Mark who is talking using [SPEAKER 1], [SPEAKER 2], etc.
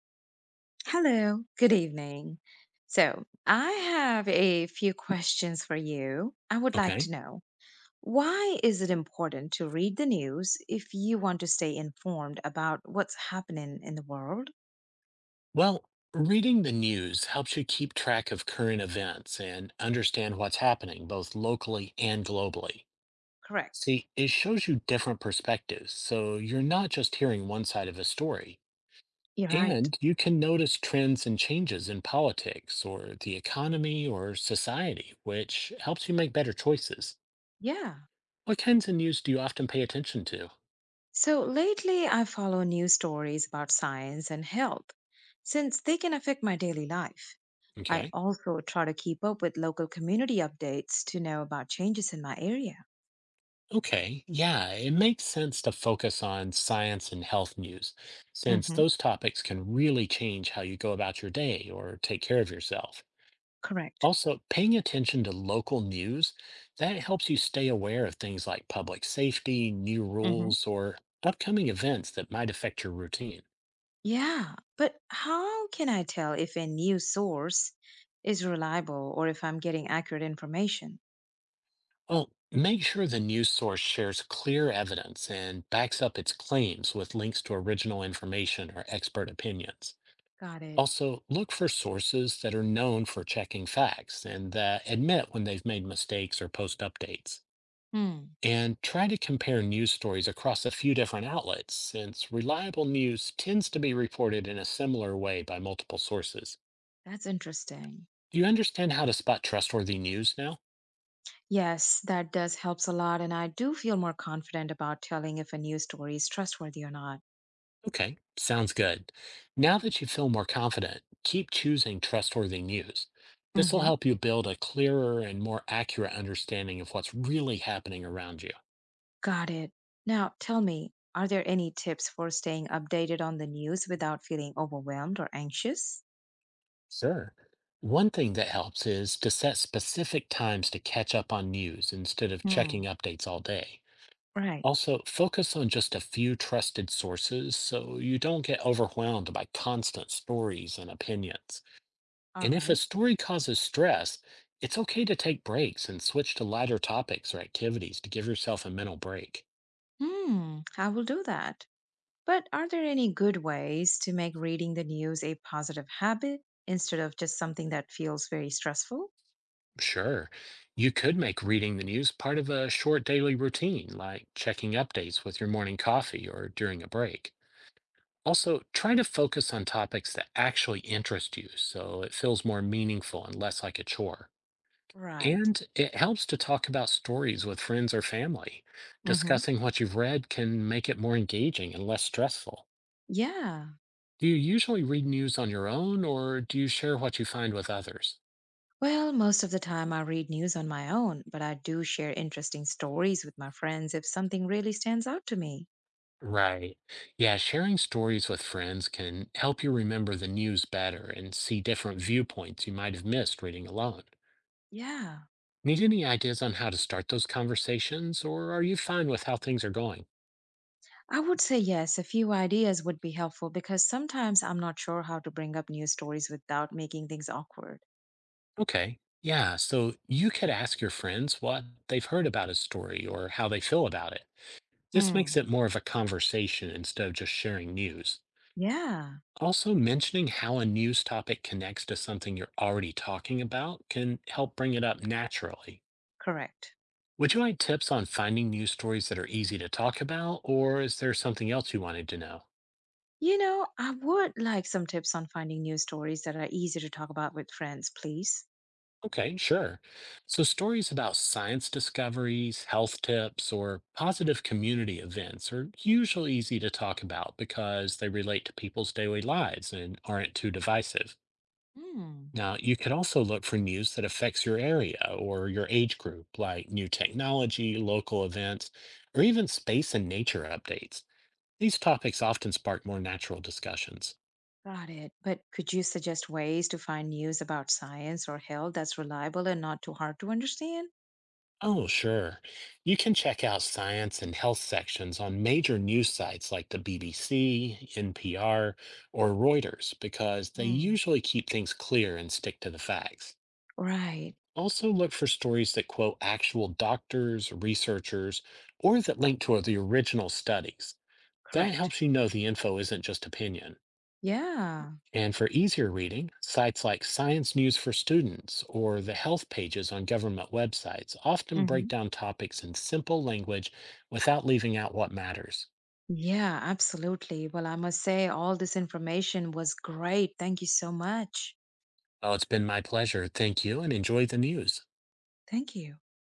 [SPEAKER 1] Hello, good evening. So, I have a few questions for you. I would like
[SPEAKER 2] Okay.
[SPEAKER 1] to know why is it important to read the news if you want to stay informed about what's happening in the world?
[SPEAKER 2] Well, reading the news helps you keep track of current events and understand what's happening both locally and globally.
[SPEAKER 1] Correct.
[SPEAKER 2] See, it shows you different perspectives, so you're not just hearing one side of a story.
[SPEAKER 1] You're right.
[SPEAKER 2] And you can notice trends and changes in politics or the economy or society, which helps you make better choices.
[SPEAKER 1] Yeah.
[SPEAKER 2] What kinds of news do you often pay attention to?
[SPEAKER 1] So, lately I follow news stories about science and health since they can affect my daily life. I
[SPEAKER 2] Okay.
[SPEAKER 1] also try to keep up with local community updates to know about changes in my area.
[SPEAKER 2] Okay, yeah, it makes sense to focus on science and health news, since
[SPEAKER 1] Hmm.
[SPEAKER 2] those topics can really change how you go about your day or take care of yourself.
[SPEAKER 1] Correct.
[SPEAKER 2] Also, paying attention to local news, that helps you stay aware of things like public safety, new rules, or upcoming events that might affect your routine.
[SPEAKER 1] Yeah, but how can I tell if a news source is reliable or if I'm getting accurate information?
[SPEAKER 2] Well, make sure the news source shares clear evidence and backs up its claims with links to original information or expert opinions.
[SPEAKER 1] Got it.
[SPEAKER 2] Also, look for sources that are known for checking facts and that admit when they've made mistakes or post updates.
[SPEAKER 1] Hmm,
[SPEAKER 2] And try to compare news stories across a few different outlets, since reliable news tends to be reported in a similar way by multiple sources.
[SPEAKER 1] that's interesting.
[SPEAKER 2] Do you understand how to spot trustworthy news now?
[SPEAKER 1] Yes, that does helps a lot, and I do feel more confident about telling if a news story is trustworthy or not.
[SPEAKER 2] Okay, sounds good. Now that you feel more confident, keep choosing trustworthy news. This will
[SPEAKER 1] Hmm.
[SPEAKER 2] help you build a clearer and more accurate understanding of what's really happening around you.
[SPEAKER 1] Got it. Now, tell me, are there any tips for staying updated on the news without feeling overwhelmed or anxious?
[SPEAKER 2] Sure. One thing that helps is to set specific times to catch up on news instead of checking
[SPEAKER 1] Hmm.
[SPEAKER 2] updates all day.
[SPEAKER 1] Right.
[SPEAKER 2] Also, focus on just a few trusted sources so you don't get overwhelmed by constant stories and opinions.
[SPEAKER 1] All
[SPEAKER 2] And if a
[SPEAKER 1] right.
[SPEAKER 2] story causes stress, it's okay to take breaks and switch to lighter topics or activities to give yourself a mental break.
[SPEAKER 1] Hmm, I will do that. But are there any good ways to make reading the news a positive habit instead of just something that feels very stressful?
[SPEAKER 2] Sure, you could make reading the news part of a short daily routine, like checking updates with your morning coffee or during a break. Also, try to focus on topics that actually interest you so it feels more meaningful and less like a chore.
[SPEAKER 1] Right.
[SPEAKER 2] And it helps to talk about stories with friends or family.
[SPEAKER 1] Hmm.
[SPEAKER 2] Discussing what you've read can make it more engaging and less stressful.
[SPEAKER 1] Yeah.
[SPEAKER 2] Do you usually read news on your own or do you share what you find with others?
[SPEAKER 1] Well, most of the time I read news on my own, but I do share interesting stories with my friends if something really stands out to me.
[SPEAKER 2] Right. Yeah, sharing stories with friends can help you remember the news better and see different viewpoints you might have missed reading alone.
[SPEAKER 1] Yeah.
[SPEAKER 2] Need any ideas on how to start those conversations, or are you fine with how things are going?
[SPEAKER 1] I would say yes, a few ideas would be helpful because sometimes I'm not sure how to bring up news stories without making things awkward.
[SPEAKER 2] Okay. Yeah, so you could ask your friends what they've heard about a story or how they feel about it. This makes
[SPEAKER 1] Hmm.
[SPEAKER 2] it more of a conversation instead of just sharing news.
[SPEAKER 1] Yeah,
[SPEAKER 2] Also, mentioning how a news topic connects to something you're already talking about can help bring it up naturally.
[SPEAKER 1] correct.
[SPEAKER 2] Would you like tips on finding news stories that are easy to talk about, or is there something else you wanted to know?
[SPEAKER 1] I would like some tips on finding news stories that are easy to talk about with friends, please.
[SPEAKER 2] Okay, sure. So, stories about science discoveries, health tips, or positive community events are usually easy to talk about because they relate to people's daily lives and aren't too divisive.
[SPEAKER 1] Hmm.
[SPEAKER 2] Now, you could also look for news that affects your area or your age group, like new technology, local events, or even space and nature updates. These topics often spark more natural discussions.
[SPEAKER 1] Got it. But could you suggest ways to find news about science or health that's reliable and not too hard to understand?
[SPEAKER 2] Oh, sure. You can check out science and health sections on major news sites like the BBC, NPR, or Reuters because they
[SPEAKER 1] Mm.
[SPEAKER 2] usually keep things clear and stick to the facts.
[SPEAKER 1] Right.
[SPEAKER 2] Also, look for stories that quote actual doctors, researchers, or that link to the original studies. That
[SPEAKER 1] Correct.
[SPEAKER 2] helps you know the info isn't just opinion.
[SPEAKER 1] Yeah.
[SPEAKER 2] And for easier reading, sites like Science News for Students or the health pages on government websites often break
[SPEAKER 1] Hmm.
[SPEAKER 2] down topics in simple language without leaving out what matters.
[SPEAKER 1] Yeah, absolutely. Well, I must say, all this information was great. Thank you so much.
[SPEAKER 2] Well, it's been my pleasure. Thank you and enjoy the news.
[SPEAKER 1] Thank you.